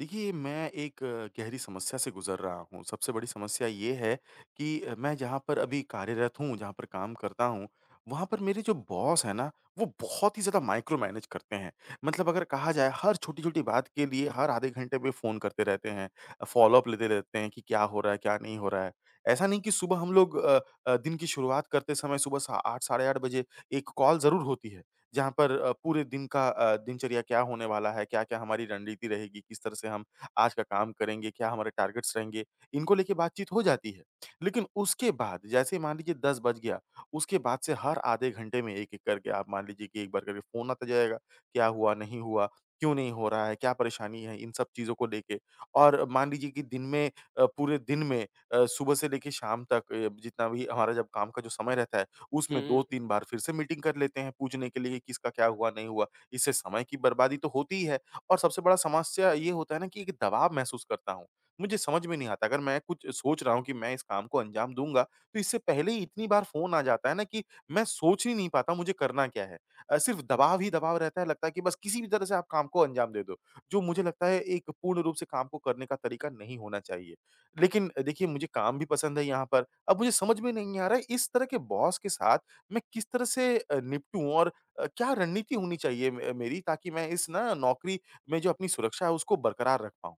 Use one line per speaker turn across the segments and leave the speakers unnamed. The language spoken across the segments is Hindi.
देखिए, मैं एक गहरी समस्या से गुज़र रहा हूँ। सबसे बड़ी समस्या ये है कि मैं जहाँ पर अभी कार्यरत हूँ, जहाँ पर काम करता हूँ, वहाँ पर मेरे जो बॉस हैं ना, वो बहुत ही ज़्यादा माइक्रो मैनेज करते हैं। मतलब अगर कहा जाए, हर छोटी-छोटी बात के लिए हर आधे घंटे पे फ़ोन करते रहते हैं, फ़ॉलो-अप लेते रहते हैं कि क्या हो रहा है, क्या नहीं हो रहा है। ऐसा नहीं कि सुबह हम लोग दिन की शुरुआत करते समय सुबह सा 8 साढ़े 8 बजे एक कॉल ज़रूर होती है। जहाँ पर पूरे दिन का दिनचर्या क्या होने वाला है, क्या-क्या हमारी रणनीति रहेगी, किस तरह से हम आज का काम करेंगे, क्या हमारे टारगेट्स रहेंगे, इनको लेके बातचीत हो जाती है। लेकिन उसके बाद जैसे ही मान लीजिए 10 बज गया, उसके बाद से हर आधे घंटे में एक-एक करके आप मान लीजिए कि एक बार करके फ़ोन आता जाएगा, क्या हुआ, नहीं हुआ, क्यों नहीं हो रहा है, क्या परेशानी है, इन सब चीज़ों को लेके। और मान लीजिए कि दिन में पूरे दिन में सुबह से लेके शाम तक जितना भी हमारा जब काम का जो समय रहता है,
हुँ,
उसमें
हुँ।
2-3 बार फिर से मीटिंग कर लेते हैं पूछने के लिए कि किसका क्या हुआ, नहीं हुआ। इससे समय की बर्बादी तो होती ही है और सबसे बड़ा समस्या ये होता है ना कि एक दबाव महसूस करता हूँ। मुझे समझ में नहीं आता अगर मैं कुछ सोच रहा हूँ कि मैं इस काम को अंजाम दूँगा, तो इससे पहले ही इतनी बार फ़ोन आ जाता है ना कि मैं सोच ही नहीं पाता मुझे करना क्या है। सिर्फ़ दबाव ही दबाव रहता है लगता है कि बस किसी भी तरह से आप काम को अंजाम दे दो। जो मुझे लगता है एक पूर्ण रूप से काम को करने का तरीका नहीं होना चाहिए। लेकिन देखिए मुझे काम भी पसंद है यहाँ पर। अब मुझे समझ में नहीं आ रहा है, इस तरह के बॉस के साथ मैं किस तरह से निपटूँ और क्या रणनीति होनी चाहिए मे मेरी ताकि मैं इस ना नौकरी में जो अपनी सुरक्षा है उसको बरकरार रख पाऊँ?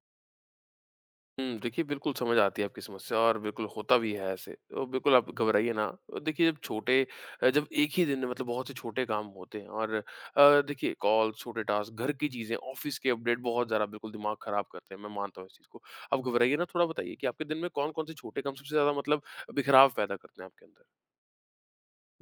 हुँ, देखिए बिल्कुल समझ आती है आपकी समस्या और बिल्कुल होता भी है ऐसे। तो बिल्कुल आप घबराइए ना। और देखिए जब एक ही दिन में मतलब बहुत से छोटे काम होते हैं और देखिए कॉल, छोटे टास्क, घर की चीज़ें, ऑफ़िस के अपडेट बहुत ज़्यादा बिल्कुल दिमाग ख़राब करते हैं। मैं मानता हूँ इस चीज़ को। आप घबराइए ना, थोड़ा बताइए कि आपके दिन में कौन-कौन से छोटे काम सबसे ज़्यादा मतलब बिखराव पैदा करते हैं आपके अंदर?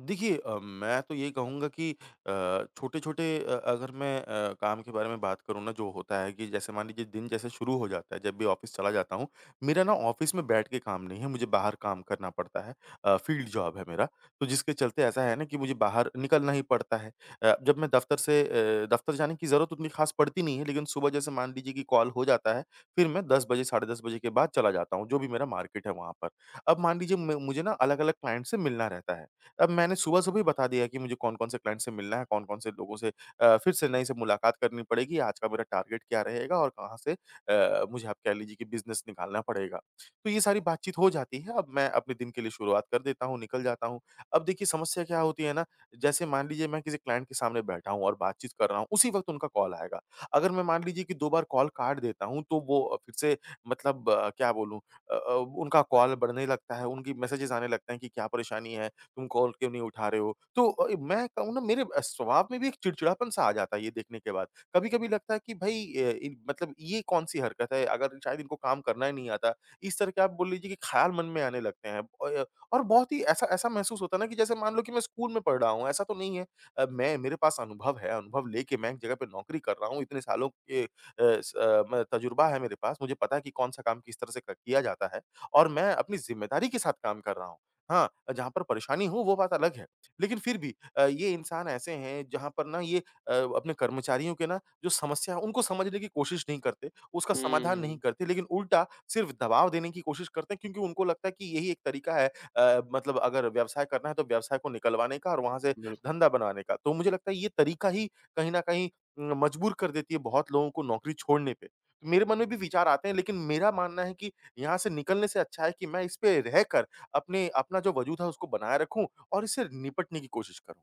देखिए मैं तो ये कहूँगा कि छोटे-छोटे अगर मैं काम के बारे में बात करूँ ना जो होता है कि जैसे मान लीजिए दिन जैसे शुरू हो जाता है, जब भी ऑफ़िस चला जाता हूँ, मेरा ना ऑफ़िस में बैठ के काम नहीं है, मुझे बाहर काम करना पड़ता है। फ़ील्ड जॉब है मेरा, तो जिसके चलते ऐसा है ना कि मुझे बाहर निकलना ही पड़ता है। जब मैं दफ़्तर जाने की ज़रूरत उतनी ख़ास पड़ती नहीं है, लेकिन सुबह जैसे मान लीजिए कि कॉल हो जाता है, फिर मैं 10 बजे, साढ़े 10 बजे के बाद चला जाता हूँ, जो भी मेरा मार्केट है वहाँ पर। अब मान लीजिए मैं मुझे ना अलग-अलग क्लाइंट से मिलना रहता है। अब मैंने सुबह-सुबह ही बता दिया कि मुझे कौन-कौन से क्लाइंट से मिलना है, कौन-कौन से लोगों से फिर से नई से मुलाकात करनी पड़ेगी, आज का मेरा टारगेट क्या रहेगा और कहाँ से मुझे आप कह लीजिए कि बिज़नेस निकालना पड़ेगा। तो ये सारी बातचीत हो जाती है, अब मैं अपने दिन के लिए शुरुआत कर देता हूँ, निकल जाता हूँ। अब देखिए समस्या क्या होती है ना, जैसे मान लीजिए मैं किसी क्लाइंट के सामने बैठा हूँ और बातचीत कर रहा हूँ, उसी वक़्त उनका कॉल आएगा। अगर मैं मान लीजिए कि 2 बार कॉल काट देता हूँ, तो वो फिर से मतलब क्या बोलूँ अ अ, उनका कॉल बढ़ने लगता है, उनकी मैसेजेस आने लगते हैं कि क्या परेशानी है? तुम कॉल क्यों नहीं उठा रहे हो? तो मैं कहूँ ना मेरे स्वभाव में भी एक चिड़चिड़ापन-सा आ जाता है ये देखने के बाद। कभी-कभी लगता है कि भई इन मतलब ये कौन-सी हरकत है? अगर शायद इनको काम करना ही नहीं आता। इस तरह के आप बोल लीजिए कि ख़्याल मन में आने लगते हैं। अ, और बहुत ही ऐसा ऐसा महसूस होता है ना कि जैसे मान लो कि मैं स्कूल में पढ़ रहा हूँ, ऐसा तो नहीं है। मैं मेरे पास अनुभव है, अनुभव लेके मैं एक जगह पे नौकरी कर रहा हूँ, इतने सालों के अ, स अ, म तजुर्बा है मेरे पास। मुझे पता है कि कौन-सा काम किस तरह से क किया जाता है और मैं अपनी ज़िम्मेदारी के साथ काम कर रहा हूँ। हाँ, जहाँ पर परेशानी हो वो बात अलग है। लेकिन फिर भी ये इंसान ऐसे हैं जहाँ पर ना ये अपने कर्मचारियों के ना जो समस्या है उनको समझने की कोशिश नहीं करते, उसका समाधान नहीं
हुँ,
करते लेकिन उल्टा सिर्फ़ दबाव देने की कोशिश करते हैं क्योंकि उनको लगता है कि यही एक तरीका है मतलब अगर व्यवसाय करना है तो व्यवसाय को निकलवाने का और वहाँ से
बिल्कुल।
धंधा बनाने का। तो मुझे लगता है ये तरीका ही कहीं न कहीं मजबूर कर देती है बहुत लोगों को नौकरी छोड़ने पे। तो मेरे मन में भी विचार आते हैं लेकिन मेरा मानना है कि यहाँ से निकलने से अच्छा है कि मैं इस पे रहकर अपने अपना जो वजूद है उसको बनाए रखूँ और इससे निपटने की कोशिश करूँ।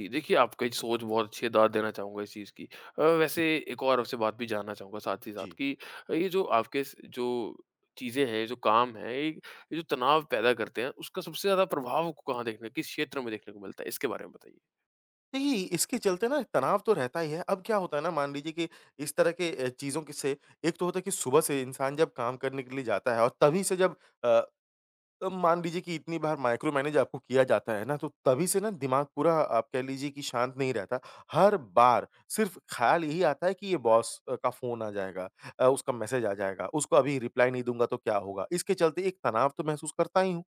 जी, देखिए आपकी सोच बहुत अच्छी है, दाद देना चाहूँगा इस चीज़ की। वैसे एक और आपसे बात भी जानना चाहूँगा साथ ही साथ
जी।
कि ये जो आपके स जो चीज़ें हैं, जो काम हैं, ये जो तनाव पैदा करते हैं, उसका सबसे ज़्यादा प्रभाव को कहाँ देखने किस क्षेत्र में देखने को मिलता है? इसके बारे में बताइए।
देखिए, इसके चलते ना तनाव तो रहता ही है। अब क्या होता है ना मान लीजिए कि इस तरह के चीज़ों के से एक तो होता है कि सुबह से इंसान जब काम करने के लिए जाता है और तभी से जब अ, तो मान लीजिए कि इतनी बार माइक्रो मैनेज आपको किया जाता है ना, तो तभी से ना दिमाग पूरा आप कह लीजिए कि शांत नहीं रहता। हर बार सिर्फ़ ख़्याल यही आता है कि ये बॉस का फ़ोन आ जाएगा, उसका मैसेज आ जाएगा, उसको अभी रिप्लाई नहीं दूँगा तो क्या होगा? इसके चलते एक तनाव तो महसूस करता ही हूँ।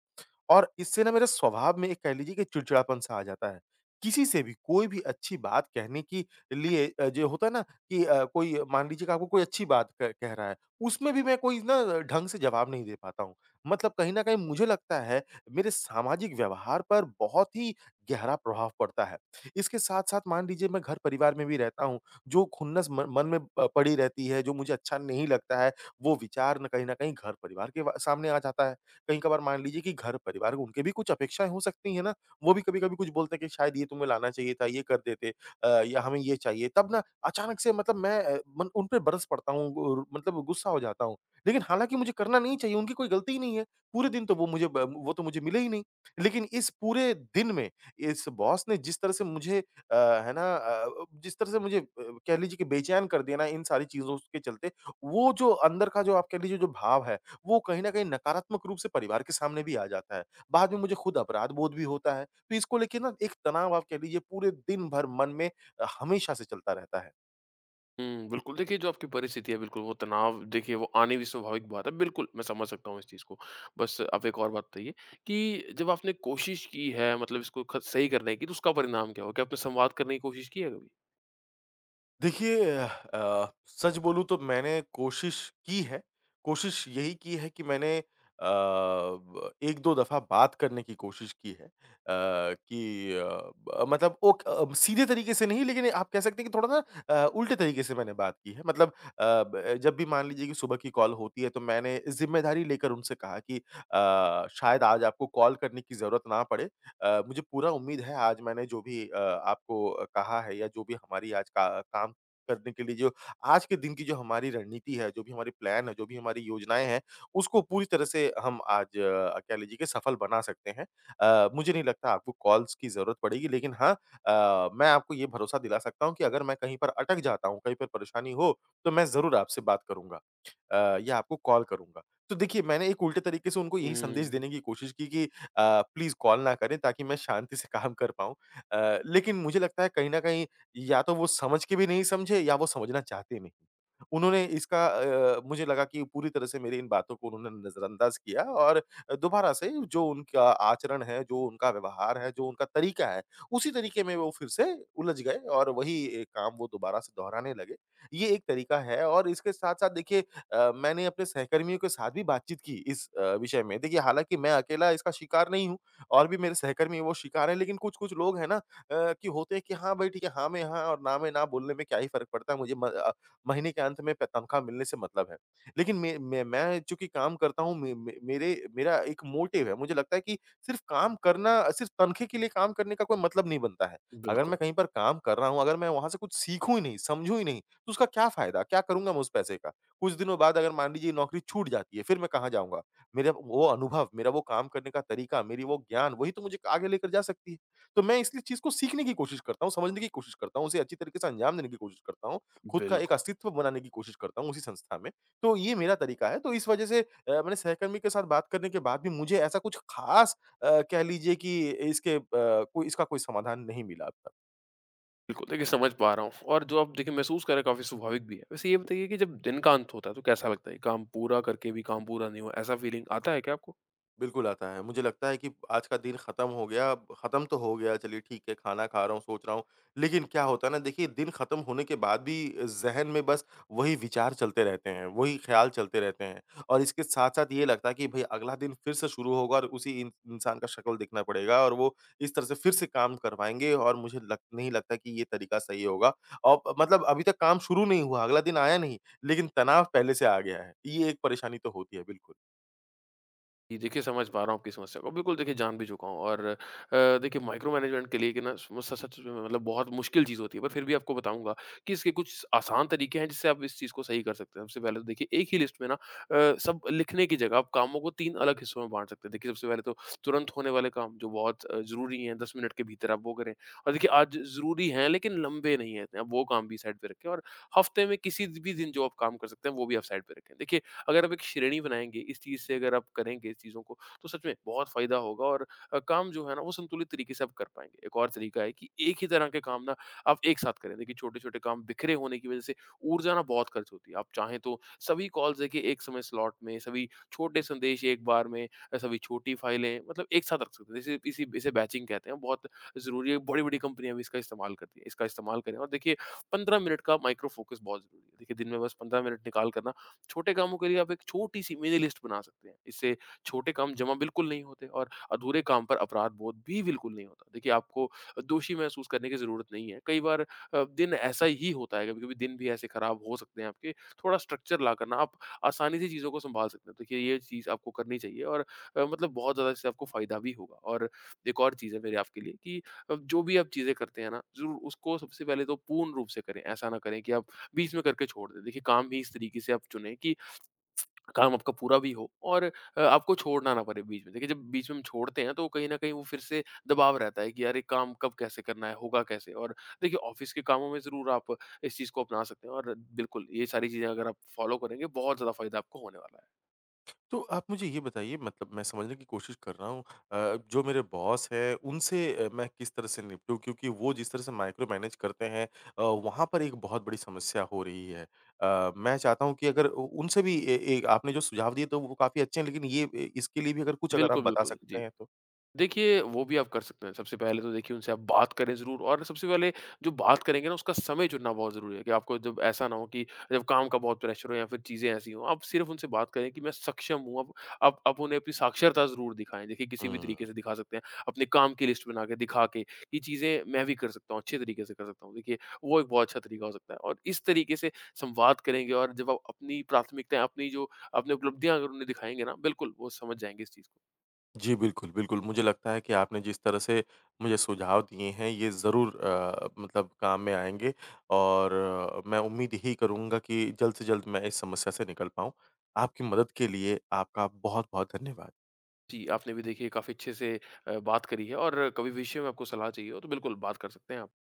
और इससे ना मेरे स्वभाव में एक कह लीजिए कि चिड़चिड़ापन-सा आ जाता है। किसी से भी कोई भी अच्छी बात कहने के लिए जो होता है ना कि कोई मान लीजिए कि आपको कोई अच्छी बात क कह रहा है, उसमें भी मैं कोई ना ढंग से जवाब नहीं दे पाता हूँ। मतलब कहीं न कहीं मुझे लगता है मेरे सामाजिक व्यवहार पर बहुत ही गहरा प्रभाव पड़ता है। इसके साथ-साथ मान लीजिए मैं घर-परिवार में भी रहता हूँ, जो खुन्नस म मन में प पड़ी रहती है, जो मुझे अच्छा नहीं लगता है, वो विचार न कहीं न कहीं घर-परिवार के व सामने आ जाता है। कहीं कभार मान लीजिए कि घर परिवार उनके भी कुछ अपेक्षाएँ हो सकती हैं ना, वो भी कभी-कभी कुछ बोलते हैं कि शायद ये तुम्हें लाना चाहिए था, ये कर देते या हमें ये चाहिए। तब ना अचानक से मतलब मन उन पे बरस पड़ता हूँ और मतलब गुस्सा हो जाता हूँ। लेकिन हालाँकि मुझे करना नहीं चाहिए, उनकी कोई गलती ही नहीं है। पूरे दिन तो वो तो मुझे मिले ही नहीं। लेकिन इस पूरे दिन में इस बॉस ने जिस तरह से मुझे अ, है ना अ, जिस तरह से मुझे कह लीजिए कि बेचैन कर दिया ना इन सारी चीज़ों के चलते, वो जो अंदर का जो आप कह लीजिए जो भाव है वो कहीं न कहीं नकारात्मक रूप से परिवार के सामने भी आ जाता है। बाद में मुझे खुद अपराध बोध भी होता है। तो इसको लेके ना एक तनाव आप कह लीजिए पूरे दिन भर मन में हमेशा से चलता रहता है।
बिल्कुल, देखिए जो आपकी परिस्थिति है बिल्कुल वो तनाव देखिए वो आनी भी स्वाभाविक बात है, बिल्कुल मैं समझ सकता हूँ इस चीज़ को। बस आप एक और बात बताइए कि जब आपने कोशिश की है मतलब इसको ख सही करने की तो उसका परिणाम क्या हुआ? क्या आपने संवाद करने की कोशिश की है कभी?
देखिए सच बोलूँ तो मैंने कोशिश की है। कोशिश यही की है कि मैंने अ, ब 1-2 दफ़ा बात करने की कोशिश की है। अ, कि अ, ब मतलब ओक अ, सीधे तरीके से नहीं लेकिन आप कह सकते हैं कि थोड़ा ना उल्टे तरीके से मैंने बात की है। मतलब अ, ब जब भी मान लीजिए कि सुबह की कॉल होती है तो मैंने ज़िम्मेदारी लेकर उनसे कहा कि शायद आज आपको कॉल करने की ज़रूरत ना पड़े। मुझे पूरा उम्मीद है आज मैंने जो भी आपको कहा है या जो भी हमारी आज का काम करने के लिए जो आज के दिन की जो हमारी रणनीति है, जो भी हमारी प्लान है, जो भी हमारी योजनाएँ हैं, उसको पूरी तरह से हम आज कह लीजिए कि सफल बना सकते हैं। मुझे नहीं लगता आपको कॉल्स की ज़रूरत पड़ेगी लेकिन हाँ, मैं आपको ये भरोसा दिला सकता हूँ कि अगर मैं कहीं पर अटक जाता हूँ, कहीं पर परेशानी हो, तो मैं ज़रूर आपसे बात करूँगा या आपको कॉल करूँगा। तो देखिए मैंने एक उल्टे तरीके से उनको यही संदेश
हुँ,
देने की कोशिश की कि प्लीज़ कॉल ना करें ताकि मैं शांति से काम कर पाऊँ। लेकिन मुझे लगता है कहीं न कहीं या तो वो समझ के भी नहीं समझे या वो समझना चाहते नहीं। उन्होंने इसका मुझे लगा कि पूरी तरह से मेरी इन बातों को उन्होंने नज़रअंदाज किया और दोबारा से जो उनका आचरण है, जो उनका व्यवहार है, जो उनका तरीका है, उसी तरीके में वो फिर से उलझ गए और वही काम वो दोबारा से दोहराने लगे। ये एक तरीका है और इसके साथ-साथ देखिए मैंने अपने सहकर्मियों के साथ भी बातचीत की इस विषय में। देखिए हालाँकि मैं अकेला इसका शिकार नहीं हूँ और भी मेरे सहकर्मी वो शिकार हैं, लेकिन कुछ-कुछ लोग हैं ना कि होते हैं कि हाँ भाई ठीक है, हाँ में हाँ और ना में ना बोलने में क्या ही फ़र्क पड़ता है मुझे महीने के अंत में प तनख़्वाह मिलने से मतलब है। लेकिन मैं चूँकि काम करता हूँ मे मे मेरे मेरा एक मोटिव है, मुझे लगता है कि सिर्फ़ काम करना सिर्फ़ तनख़्वाह के लिए काम करने का कोई मतलब नहीं बनता है। अगर मैं
बिल्कुल।
कहीं पर काम कर रहा हूँ, अगर मैं वहाँ से कुछ सीखूँ ही नहीं, समझूँ ही नहीं, तो उसका क्या फ़ायदा? क्या करूँगा मैं उस पैसे का? कुछ दिनों बाद अगर मान लीजिए नौकरी छूट जाती है, फिर मैं कहाँ जाऊँगा? मेरा वो अनुभव, मेरा वो काम करने का तरीका, मेरी वो ज्ञान वही तो मुझे आगे लेकर जा सकती है। तो मैं इसलिए चीज़ को सीखने की कोशिश करता हूँ, समझने की कोशिश करता हूँ, उसे अच्छी तरीके से अंजाम देने की कोशिश करता हूँ, खुद का
बिल्कुल,
एक अस्तित्व बनाने की कोशिश करता हूँ उसी संस्था में। तो ये मेरा तरीका है, तो इस वजह से मैंने सहकर्मी के साथ बात करने के बाद भी मुझे ऐसा कुछ ख़ास कह लीजिए कि इसके कोई इसका कोई समाधान नहीं मिला अब तक।
बिल्कुल। देखिए समझ पा रहा हूँ और जो आप देखिए महसूस कर रहे हैं काफ़ी स्वाभाविक भी है। वैसे ये बताइए कि जब दिन का अंत होता है तो कैसा लगता है? काम पूरा करके भी काम पूरा नहीं हुआ, ऐसा फीलिंग आता है क्या आपको?
बिल्कुल आता है। मुझे लगता है कि आज का दिन खत्म हो गया, अब खत्म तो हो गया चलिए ठीक है, खाना खा रहा हूँ, सोच रहा हूँ। लेकिन क्या होता है ना देखिए दिन खत्म होने के बाद भी ज़हन में बस वही विचार चलते रहते हैं, वही ख्याल चलते रहते हैं। और इसके साथ-साथ ये लगता है कि भई अगला दिन फिर से शुरू होगा और उसी इन इंसान का शक्ल देखना पड़ेगा और वो इस तरह से फिर से काम करवाएँगे और मुझे लग नहीं लगता कि ये तरीका सही होगा। औ मतलब अभी तक काम शुरू नहीं हुआ, अगला दिन आया नहीं, लेकिन तनाव पहले से आ गया है। ये एक परेशानी तो होती है, बिल्कुल।
जी, देखिए समझ पा रहा हूँ आपकी समस्या को। बिल्कुल देखिए जान भी चुका हूँ देखिए माइक्रो मैनेजमेंट के लिए कि ना समस्या सच में मतलब बहुत मुश्किल चीज़ होती है। पर फिर भी आपको बताऊँगा कि इसके कुछ आसान तरीके हैं जिससे आप इस चीज़ को सही कर सकते हैं। सबसे पहले तो देखिए एक ही लिस्ट में ना सब लिखने की जगह आप कामों को 3 अलग हिस्सों में बाँट सकते हैं। देखिए सबसे पहले तो तुरंत होने वाले काम जो बहुत ज़रूरी हैं 10 मिनट के भीतर आप वो करें। और देखिए आज ज़रूरी हैं लेकिन लंबे नहीं हैं इतने, आप वो काम भी साइड पे रखें और हफ्ते में किसी भी दिन जो आप काम कर सकते हैं वो भी आप साइड पे रखें। देखिए अगर आप एक श्रेणी बनाएँगे, इस चीज़ से अगर आप करेंगे इस चीज़ों को, तो सच में बहुत फ़ायदा होगा और काम जो है ना, वो संतुलित तरीके से आप कर पाएँगे। एक और तरीका है कि एक ही तरह के काम ना आप एक साथ करें। देखिए, छोटे-छोटे काम बिखरे होने की वज़ह से ऊर्जा ना बहुत खर्च होती है। आप चाहें तो सभी कॉल्स देखिए एक समय स्लॉट में, सभी छोटे संदेश एक बार में, सभी छोटी फाइलें मतलब एक साथ रख सकते हैं। जैसे इसी इसे बैचिंग कहते हैं, बहुत ज़रूरी है। बड़ी-बड़ी कंपनियाँ भी इसका इस्तेमाल करती हैं। इसका इस्तेमाल करें और देखिए 15 मिनट का माइक्रो फ़ोकस बहुत ज़रूरी है। देखिए, दिन में बस 15 मिनट निकाल कर ना छोटे कामों के लिए आप एक छोटी-सी मिनी लिस्ट बना सकते हैं। इससे छोटे काम जमा बिल्कुल नहीं होते और अधूरे काम पर अपराध-बोध भी बिल्कुल नहीं होता। देखिए, आपको दोषी महसूस करने की ज़रूरत नहीं है। कई बार दिन ऐसा ही होता है, कभी-कभी दिन भी ऐसे खराब हो सकते हैं आपके। थोड़ा स्ट्रक्चर लाकर ना आप आसानी से चीज़ों को सँभाल सकते हैं। देखिए, ये चीज़ आपको करनी चाहिए और बहुत ज़्यादा इससे आपको फ़ायदा भी होगा। और एक और चीज़ है मेरी आपके लिए कि जो भी आप चीज़ें करते हैं ना, ज़रूर उसको सबसे पहले तो पूर्ण रूप से करें। ऐसा ना करें कि आप बीच में करके छोड़ दें। देखिए काम भी इस तरीके से आप चुनें कि काम आपका पूरा भी हो और आपको छोड़ना ना पड़े बीच में। देखिए जब बीच में हम छोड़ते हैं तो कहीं न कहीं वो फिर से दबाव रहता है कि यार ये काम कब कैसे करना है, होगा कैसे? और देखिए ऑफ़िस के कामों में ज़रूर आप इस चीज़ को अपना सकते हैं और बिल्कुल ये सारी चीज़ें अगर आप फ़ॉलो करेंगे बहुत ज़्यादा फ़ायदा आपको होने वाला है।
तो आप मुझे ये बताइए मतलब मैं समझने की कोशिश कर रहा हूँ जो मेरे बॉस हैं उनसे मैं किस तरह से निपटूँ क्योंकि वो जिस तरह से माइक्रो मैनेज करते हैं वहाँ पर एक बहुत बड़ी समस्या हो रही है मैं चाहता हूँ कि अगर उनसे भी ए, ए, आपने जो सुझाव दिए तो वो काफ़ी अच्छे हैं लेकिन ये इसके लिए भी अगर कुछ अगर आप
बिल्कुल,
बता
बिल्कुल। जी।
सकते हैं तो
देखिए, वो भी आप कर सकते हैं। सबसे पहले तो देखिए उनसे आप बात करें ज़रूर और सबसे पहले जो बात करेंगे ना उसका समय चुनना बहुत ज़रूरी है कि आपको जब ऐसा ना हो कि जब काम का बहुत प्रेशर हो या फिर चीज़ें ऐसी हों, आप सिर्फ़ उनसे बात करें कि मैं सक्षम हूँ। आप उन्हें अपनी साक्षरता ज़रूर दिखाएँ। देखिए किसी भी तरीके
हम्म।
से दिखा सकते हैं। अपने काम की लिस्ट बना के दिखा के ये चीज़ें मैं भी कर सकता हूँ, अच्छे तरीके से कर सकता हूँ। देखिए वो एक बहुत अच्छा तरीका हो सकता है और इस तरीके से संवाद करेंगे और जब आप अपनी प्राथमिकताएँ, अपनी उपलब्धियाँ अगर उन्हें दिखाएँगे ना बिल्कुल वो समझ जाएँगे इस चीज़ को।
जी, बिल्कुल, बिल्कुल। मुझे लगता है कि आपने जिस तरह से मुझे सुझाव दिए हैं ये ज़रूर मतलब काम में आएँगे और मैं उम्मीद यही करूँगा कि जल्द से जल्द मैं इस समस्या से निकल पाऊँ। आपकी मदद के लिए आपका बहुत-बहुत धन्यवाद।
जी, आपने भी देखिए काफ़ी अच्छे से बात करी है और कभी भविष्य में आपको सलाह चाहिए हो तो बिल्कुल बात कर सकते हैं आप।